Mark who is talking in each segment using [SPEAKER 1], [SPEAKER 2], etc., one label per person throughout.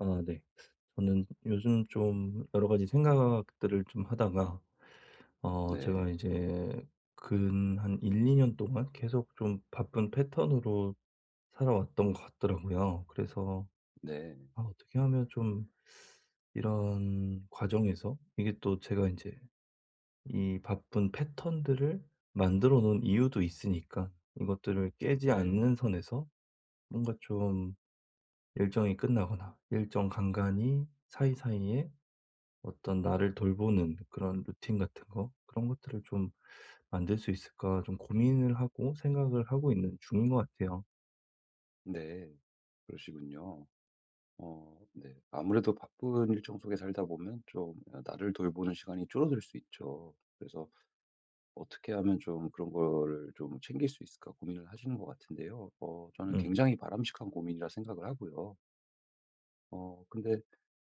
[SPEAKER 1] 아 네. 저는 요즘 좀 여러 가지 생각들을 좀 하다가
[SPEAKER 2] 네.
[SPEAKER 1] 제가 이제 근 한 1-2년 동안 계속 좀 바쁜 패턴으로 살아왔던 것 같더라고요. 그래서
[SPEAKER 2] 네.
[SPEAKER 1] 아 어떻게 하면 좀 이런 과정에서 이게 또 제가 이제 이 바쁜 패턴들을 만들어 놓은 이유도 있으니까, 이것들을 깨지
[SPEAKER 2] 네.
[SPEAKER 1] 않는 선에서 뭔가 좀 일정이 끝나거나 일정 간간이 사이사이에 어떤 나를 돌보는 그런 루틴 같은 거, 그런 것들을 좀 만들 수 있을까 좀 고민을 하고 생각을 하고 있는 중인 것 같아요.
[SPEAKER 2] 네. 그러시군요. 네. 아무래도 바쁜 일정 속에 살다 보면 좀 나를 돌보는 시간이 줄어들 수 있죠. 그래서 어떻게 하면 좀 그런 거를 좀 챙길 수 있을까 고민을 하시는 것 같은데요. 저는
[SPEAKER 1] 음.
[SPEAKER 2] 굉장히 바람직한 고민이라 생각을 하고요. 근데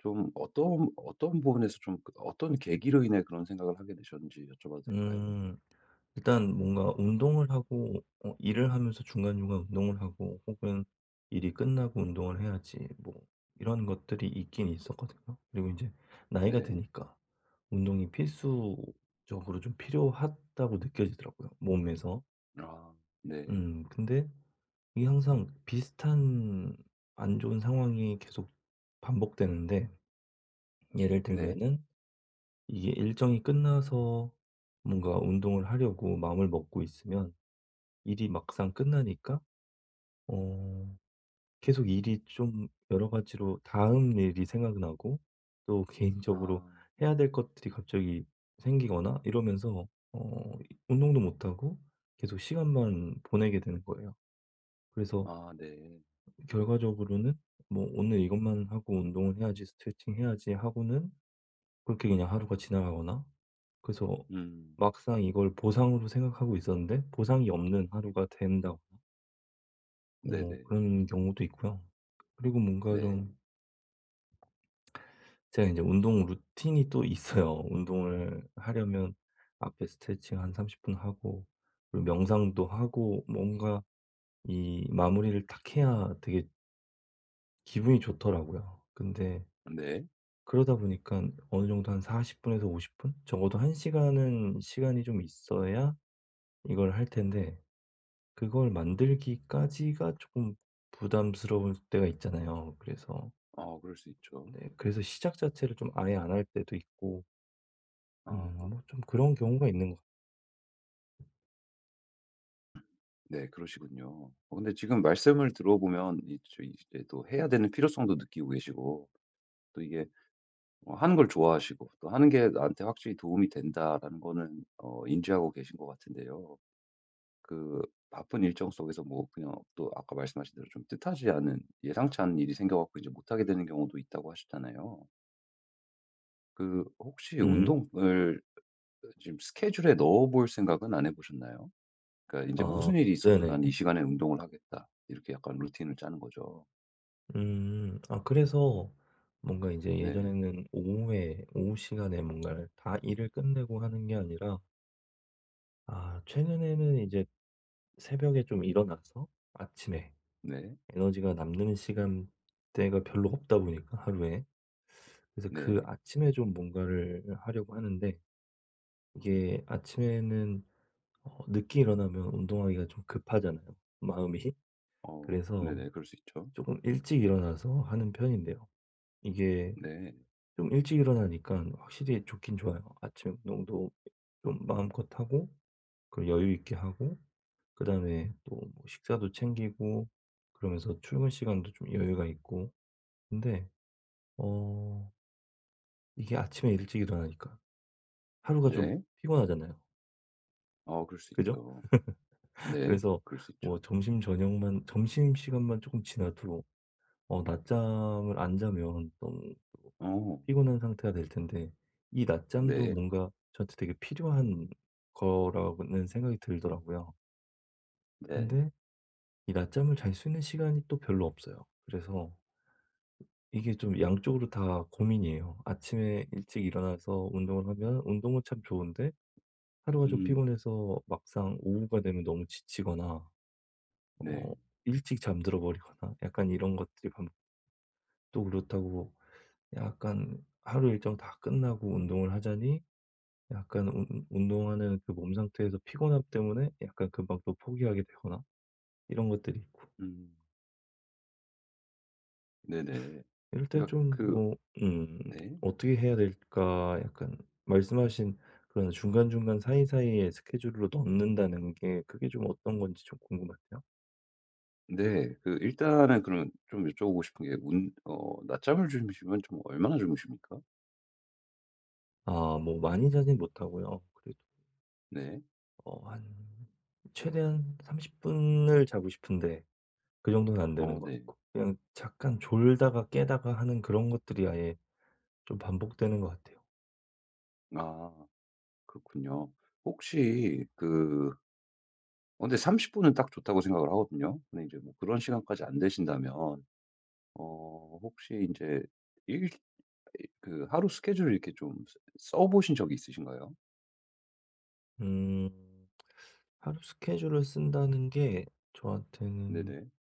[SPEAKER 2] 좀 어떤 부분에서 좀 그 어떤 계기로 인해 그런 생각을 하게 되셨는지 여쭤봐도 될까요?
[SPEAKER 1] 음. 일단 뭔가 운동을 하고 일을 하면서 중간중간 운동을 하고 혹은 일이 끝나고 운동을 해야지 뭐 이런 것들이 있긴 있었거든요. 그리고 이제 나이가
[SPEAKER 2] 네.
[SPEAKER 1] 드니까 운동이 필수적으로 좀 필요하다고 느껴지더라고요, 몸에서.
[SPEAKER 2] 아 네.
[SPEAKER 1] 근데 이게 항상 비슷한 안 좋은 상황이 계속 반복되는데, 예를
[SPEAKER 2] 네.
[SPEAKER 1] 들면은 이게 일정이 끝나서 뭔가 운동을 하려고 마음을 먹고 있으면 일이 막상 끝나니까, 어 계속 일이 좀 여러 가지로 다음 일이 생각나고 또 개인적으로
[SPEAKER 2] 아.
[SPEAKER 1] 해야 될 것들이 갑자기 생기거나 이러면서, 어 운동도 못 하고 계속 시간만 보내게 되는 거예요. 그래서
[SPEAKER 2] 아 네.
[SPEAKER 1] 결과적으로는 뭐 '오늘 이것만 하고 운동을 해야지. 스트레칭 해야지.' 하고는 그렇게 그냥 하루가 지나가거나, 그래서
[SPEAKER 2] 음.
[SPEAKER 1] 막상 이걸 보상으로 생각하고 있었는데 보상이 없는 하루가 된다고,
[SPEAKER 2] 네네.
[SPEAKER 1] 그런 경우도 있고요. 그리고 뭔가
[SPEAKER 2] 네.
[SPEAKER 1] 좀 제가 이제 운동 루틴이 또 있어요. 운동을 하려면 앞에 스트레칭 한 30분 하고 그리고 명상도 하고 뭔가 이 마무리를 딱 해야 되게 기분이 좋더라고요. 근데
[SPEAKER 2] 네.
[SPEAKER 1] 그러다 보니까 어느 정도 한 40 분에서 50 분? 적어도 1 시간은 시간이 좀 있어야 이걸 할 텐데, 그걸 만들기까지가 조금 부담스러울 때가 있잖아요. 그래서.
[SPEAKER 2] 그럴 수 있죠.
[SPEAKER 1] 네, 그래서 시작 자체를 좀 아예 안 할 때도 있고, 뭐
[SPEAKER 2] 아
[SPEAKER 1] 좀 그런 경우가 있는 것 같아요.
[SPEAKER 2] 네. 그러시군요. 근데 지금 말씀을 들어보면 이 저 이제 또 해야 되는 필요성도 느끼고 계시고 또 이게 하는 걸 좋아하시고 또 '하는 게 나한테 확실히 도움이 된다.'라는 거는 인지하고 계신 것 같은데요. 그 바쁜 일정 속에서 뭐 그냥 또 아까 말씀하신 대로 좀 뜻하지 않은 예상치 않은 일이 생겨 갖고 이제 못하게 되는 경우도 있다고 하셨잖아요. 그 혹시
[SPEAKER 1] 음.
[SPEAKER 2] 운동을 지금 스케줄에 넣어 볼 생각은 안 해 보셨나요? 그러니까 이제
[SPEAKER 1] 아
[SPEAKER 2] 무슨 일이 있어도
[SPEAKER 1] 네네네.
[SPEAKER 2] '난 이 시간에 운동을 하겠다.' 이렇게 약간 루틴을 짜는 거죠.
[SPEAKER 1] 음. 아 그래서 뭔가 이제
[SPEAKER 2] 네.
[SPEAKER 1] 예전에는 오후에, 오후 시간에 뭔가를 다 일을 끝내고 하는 게 아니라, 아 최근에는 이제 새벽에 좀 일어나서, 아침에
[SPEAKER 2] 네.
[SPEAKER 1] 에너지가 남는 시간대가 별로 없다 보니까, 하루에. 그래서 그
[SPEAKER 2] 네.
[SPEAKER 1] 아침에 좀 뭔가를 하려고 하는데 이게 아침에는 늦게 일어나면 운동하기가 좀 급하잖아요, 마음이. 그래서
[SPEAKER 2] 네네. 그럴 수 있죠.
[SPEAKER 1] 조금 일찍 일어나서 하는 편인데요. 이게
[SPEAKER 2] 네.
[SPEAKER 1] 좀 일찍 일어나니까 확실히 좋긴 좋아요. 아침 운동도 좀 마음껏 하고, 그리고 여유 있게 하고, 그다음에 또뭐 식사도 챙기고, 그러면서 출근 시간도 좀 여유가 있고. 근데 어 이게 아침에 일찍 일어나니까 하루가 좀
[SPEAKER 2] 네.
[SPEAKER 1] 피곤하잖아요.
[SPEAKER 2] 그럴 수
[SPEAKER 1] 그죠?
[SPEAKER 2] 있죠. 네.
[SPEAKER 1] 그래서
[SPEAKER 2] 그럴 수
[SPEAKER 1] 뭐
[SPEAKER 2] 있죠.
[SPEAKER 1] 점심 저녁만, 점심시간만 조금 지나도 낮잠을 안 자면 너무 또
[SPEAKER 2] 어.
[SPEAKER 1] 피곤한 상태가 될 텐데, 이 낮잠도
[SPEAKER 2] 네.
[SPEAKER 1] 뭔가 저한테 되게 필요한 거라고는 생각이 들더라고요.
[SPEAKER 2] 네.
[SPEAKER 1] 근데 이 낮잠을 잘 수 있는 시간이 또 별로 없어요. 그래서 이게 좀 양쪽으로 다 고민이에요. 아침에 일찍 일어나서 운동을 하면 운동은 참 좋은데 하루가 좀
[SPEAKER 2] 음.
[SPEAKER 1] 피곤해서 막상 오후가 되면 너무 지치거나 어
[SPEAKER 2] 네.
[SPEAKER 1] 일찍 잠들어 버리거나, 약간 이런 것들이 반복. 또 그렇다고 약간 하루 일정 다 끝나고 운동을 하자니 약간 운 운동하는 그 몸 상태에서 피곤함 때문에 약간 금방 또 포기하게 되거나, 이런 것들이 있고.
[SPEAKER 2] 음. 네네.
[SPEAKER 1] 이럴 때
[SPEAKER 2] 그러니까
[SPEAKER 1] 좀
[SPEAKER 2] 그
[SPEAKER 1] 뭐 음
[SPEAKER 2] 네.
[SPEAKER 1] 어떻게 해야 될까, 약간 말씀하신 그런 중간중간 사이사이에 스케줄로 넣는다는 게, 그게 좀 어떤 건지 좀 궁금한데요.
[SPEAKER 2] 네. 그 일단은 그럼 좀 여쭤보고 싶은 게 운 어 낮잠을 주무시면 좀 얼마나 주무십니까?
[SPEAKER 1] 아 뭐 많이 자진 못하고요. 그래도
[SPEAKER 2] 네.
[SPEAKER 1] 한 최대한 30 분을 자고 싶은데, 그 정도는 안 되는 것
[SPEAKER 2] 네.
[SPEAKER 1] 같고, 그냥 잠깐 졸다가 깨다가 하는 그런 것들이 아예 좀 반복되는 것 같아요.
[SPEAKER 2] 아 그렇군요. 혹시 그 근데 30 분은 딱 좋다고 생각을 하거든요. 근데 이제 뭐 그런 시간까지 안 되신다면 혹시 이제 일 그 하루 스케줄을 이렇게 좀 써 보신 적이 있으신가요?
[SPEAKER 1] 음 하루 스케줄을 쓴다는 게 저한테는
[SPEAKER 2] 네네.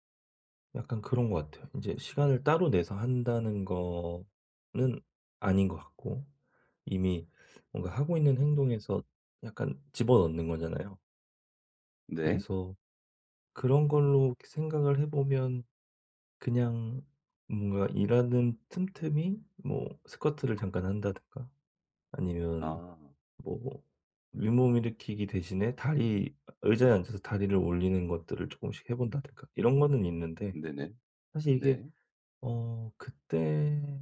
[SPEAKER 1] 약간 그런 것 같아요. 이제 시간을 따로 내서 한다는 거는 아닌 것 같고, 이미 뭔가 하고 있는 행동에서 약간 집어넣는 거잖아요.
[SPEAKER 2] 네.
[SPEAKER 1] 그래서 그런 걸로 생각을 해 보면, 그냥 뭔가 일하는 틈틈이 뭐 스쿼트를 잠깐 한다든가, 아니면
[SPEAKER 2] 아
[SPEAKER 1] 뭐 윗몸 일으키기 대신에 다리, 의자에 앉아서 다리를 올리는 것들을 조금씩 해 본다든가 이런 거는 있는데,
[SPEAKER 2] 네네.
[SPEAKER 1] 사실 이게
[SPEAKER 2] 네.
[SPEAKER 1] 그때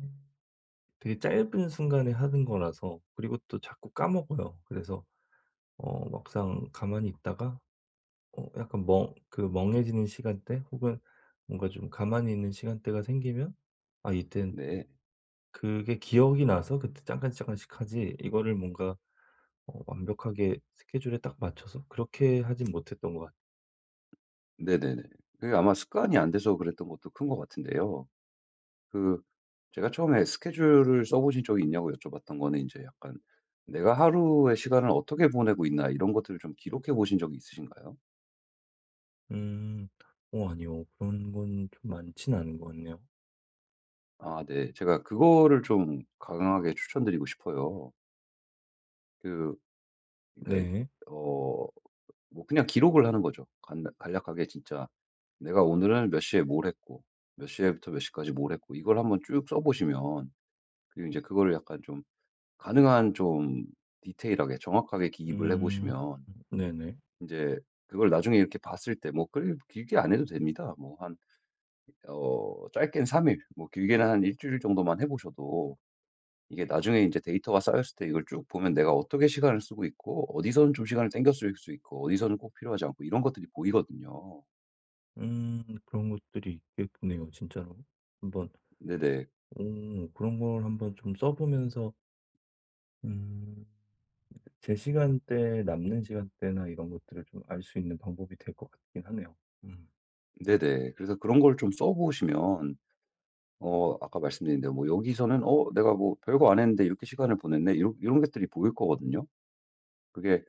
[SPEAKER 1] 되게 짧은 순간에 하는 거라서, 그리고 또 자꾸 까먹어요. 그래서 막상 가만히 있다가 약간 멍 그 멍해지는 시간대, 혹은 뭔가 좀 가만히 있는 시간대가 생기면, 아 이땐
[SPEAKER 2] 네.
[SPEAKER 1] 그게 기억이 나서 그때 잠깐잠깐씩 하지, 이거를 뭔가 완벽하게 스케줄에 딱 맞춰서 그렇게 하진 못했던 것 같아요.
[SPEAKER 2] 네네네. 그게 아마 습관이 안 돼서 그랬던 것도 큰 것 같은데요. 그 제가 처음에 스케줄을 써 보신 적이 있냐고 여쭤봤던 거는 이제 약간 '내가 하루의 시간을 어떻게 보내고 있나.' 이런 것들을 좀 기록해 보신 적이 있으신가요?
[SPEAKER 1] 음. 아니요. 그런 건 좀 많진 않은 것 같네요.
[SPEAKER 2] 아 네. 제가 그거를 좀 강하게 추천드리고 싶어요. 그 그러니까
[SPEAKER 1] 네.
[SPEAKER 2] 어 뭐 그냥 기록을 하는 거죠. 간략하게 진짜 내가 오늘은 몇 시에 뭘 했고 몇 시에부터 몇 시까지 뭘 했고 이걸 한번 쭉 써 보시면, 그리고 이제 그거를 약간 좀 가능한 좀 디테일하게 정확하게 기입을 해
[SPEAKER 1] 음.
[SPEAKER 2] 보시면
[SPEAKER 1] 네네.
[SPEAKER 2] 이제 그걸 나중에 이렇게 봤을 때 뭐 그리 길게 안 해도 됩니다. 뭐 한 짧게는 3 일 뭐 길게는 한 일 주일 정도만 해 보셔도 이게 나중에 이제 데이터가 쌓였을 때 이걸 쭉 보면 내가 어떻게 시간을 쓰고 있고 어디서는 좀 시간을 땡겨 쓸 수 있고 어디서는 꼭 필요하지 않고 이런 것들이 보이거든요.
[SPEAKER 1] 그런 것들이 있겠네요, 진짜로. 한번.
[SPEAKER 2] 네네.
[SPEAKER 1] 오, 그런 걸 한번 좀 써 보면서 음 제 시간대, 남는 시간대나 이런 것들을 좀 알 수 있는 방법이 될 것 같긴 하네요. 음.
[SPEAKER 2] 네네. 그래서 그런 걸 좀 써 보시면 아까 말씀드린 대로 뭐 여기서는 '어 내가 뭐 별거 안 했는데 이렇게 시간을 보냈네.' 이런 것들이 보일 거거든요. 그게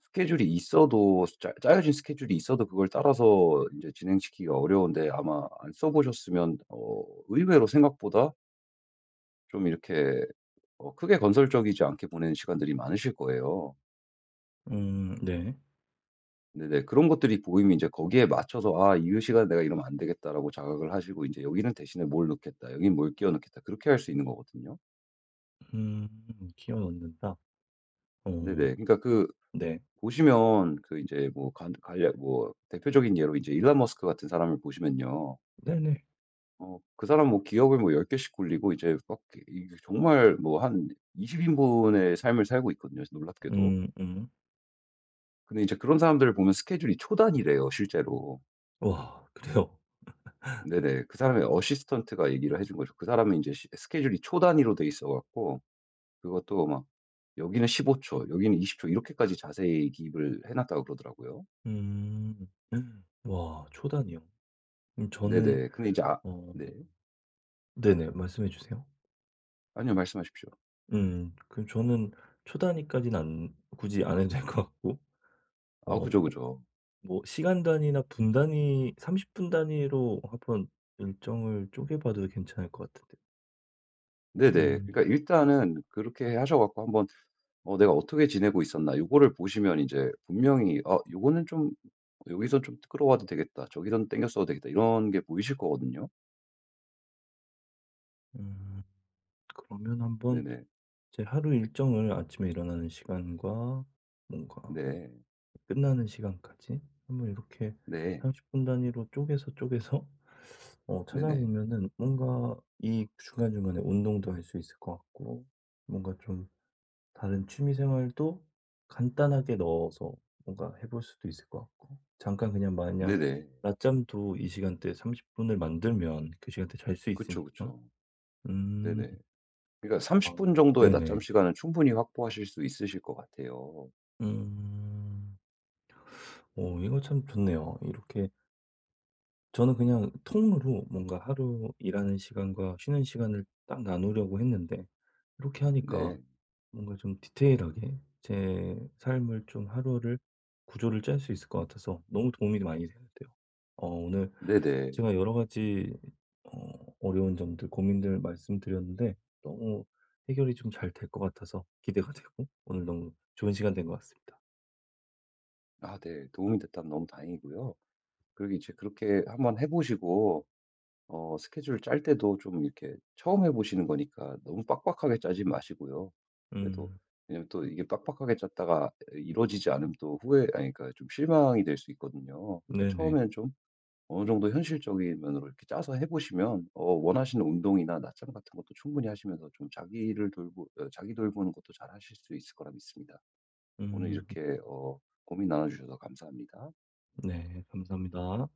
[SPEAKER 2] 스케줄이 있어도 짜 짜여진 스케줄이 있어도 그걸 따라서 이제 진행시키기가 어려운데 아마 안 써 보셨으면 의외로 생각보다 좀 이렇게 크게 건설적이지 않게 보내는 시간들이 많으실 거예요.
[SPEAKER 1] 음, 네.
[SPEAKER 2] 네네. 그런 것들이 보이면 제 거기에 맞춰서 '아 이 시간에 내가 이러면 안 되겠다.'라고 자각을 하시고 이제 '여기는 대신에 뭘 넣겠다. 여긴 뭘 끼워 넣겠다.' 그렇게 할 수 있는 거거든요.
[SPEAKER 1] 음키워 넣는다. 어,
[SPEAKER 2] 네네. 그러니까 그
[SPEAKER 1] 네.
[SPEAKER 2] 보시면 그 이제 뭐 간 간략 뭐 대표적인 예로 이제 일론 머스크 같은 사람을 보시면요.
[SPEAKER 1] 네네.
[SPEAKER 2] 어 그 사람 뭐 기업을 뭐 10 개씩 굴리고 이제 막 이게 정말 뭐 한 20 인분의 삶을 살고 있거든요, 놀랍게도.
[SPEAKER 1] 음,
[SPEAKER 2] 근데 이제 그런 사람들을 보면 스케줄이 초단이래요 실제로.
[SPEAKER 1] 와, 그래요.
[SPEAKER 2] 네네. 그 사람의 어시스턴트가 얘기를 해준 거죠. 그 사람은 이제 시 스케줄이 초 단위로 돼 있어 갖고 그것도 막 여기는 15초 여기는 20초 이렇게까지 자세히 기입을 해 놨다고 그러더라고요.
[SPEAKER 1] 음. 와, 초단이요. 저는,
[SPEAKER 2] 네네. 근데 이제 아
[SPEAKER 1] 어,
[SPEAKER 2] 네.
[SPEAKER 1] 네네, 말씀해 주세요.
[SPEAKER 2] 아니요. 말씀하십시오.
[SPEAKER 1] 음. 그 저는 초단위까지는 안, 굳이 안 해도 될 것 같고
[SPEAKER 2] 아
[SPEAKER 1] 어
[SPEAKER 2] 그죠, 그죠.
[SPEAKER 1] 뭐 시간 단위나 분 단위, 30분 단위로 한번 일정을 쪼개 봐도 괜찮을 것 같은데요.
[SPEAKER 2] 네네.
[SPEAKER 1] 음.
[SPEAKER 2] 그러니까 일단은 그렇게 하셔 갖고 한번 '내가 어떻게 지내고 있었나.' 요거를 보시면 이제 분명히 '아 요거는 좀 여기선 좀 끌어와도 되겠다. 저기선 땡겼어도 되겠다.' 이런 게 보이실 거거든요.
[SPEAKER 1] 음. 그러면 한번
[SPEAKER 2] 네네.
[SPEAKER 1] 제 하루 일정을 아침에 일어나는 시간과 뭔가
[SPEAKER 2] 네.
[SPEAKER 1] 끝나는 시간까지 한번 이렇게
[SPEAKER 2] 네.
[SPEAKER 1] 30분 단위로 쪼개서,
[SPEAKER 2] 네네.
[SPEAKER 1] 찾아보면은 뭔가 이 중간중간에 운동도 할 수 있을 것 같고, 뭔가 좀 다른 취미 생활도 간단하게 넣어서 뭔가 해볼 수도 있을 것 같고, 잠깐 그냥, 만약
[SPEAKER 2] 네네.
[SPEAKER 1] 낮잠도 이 시간대삼30 분을 만들면 그 시간대 잘 수
[SPEAKER 2] 그쵸,
[SPEAKER 1] 있으니까.
[SPEAKER 2] 그쵸.
[SPEAKER 1] 음.
[SPEAKER 2] 네네. 그러니까
[SPEAKER 1] 아
[SPEAKER 2] 30분 정도의 낮잠
[SPEAKER 1] 네네.
[SPEAKER 2] 시간은 충분히 확보하실 수 있으실 것 같아요.
[SPEAKER 1] 음. 오, 이거 참 좋네요. 이렇게 저는 그냥 통으로 뭔가 하루 일하는 시간과 쉬는 시간을 딱 나누려고 했는데, 이렇게 하니까
[SPEAKER 2] 네.
[SPEAKER 1] 뭔가 좀 디테일하게 제 삶을 좀, 하루를 구조를 짤 수 있을 것 같아서 너무 도움이 많이 되는데요. 오늘
[SPEAKER 2] 네네.
[SPEAKER 1] 제가 여러 가지 어려운 점들, 고민들 말씀드렸는데 너무 해결이 좀 잘 될 것 같아서 기대가 되고, 오늘 너무 좋은 시간 된 것 같습니다.
[SPEAKER 2] 아 네. 도움이 됐다면 너무 다행이고요. 그리고 이제 그렇게 한번 해 보시고 스케줄 짤 때도 좀 이렇게 처음 해 보시는 거니까 너무 빡빡하게 짜지 마시고요. 그래도
[SPEAKER 1] 음,
[SPEAKER 2] 왜냐면 또 이게 빡빡하게 짰다가 이루어지지 않으면 또 후회 아니 그러니까 좀 실망이 될 수 있거든요. 그러니까
[SPEAKER 1] 네네.
[SPEAKER 2] 처음에는 좀 어느 정도 현실적인 면으로 이렇게 짜서 해 보시면 원하시는 운동이나 낮잠 같은 것도 충분히 하시면서 좀 자기 돌보는 것도 잘하실 수 있을 거라 믿습니다. 오늘
[SPEAKER 1] 음,
[SPEAKER 2] 이렇게 고민 나눠 주셔서 감사합니다.
[SPEAKER 1] 네. 감사합니다.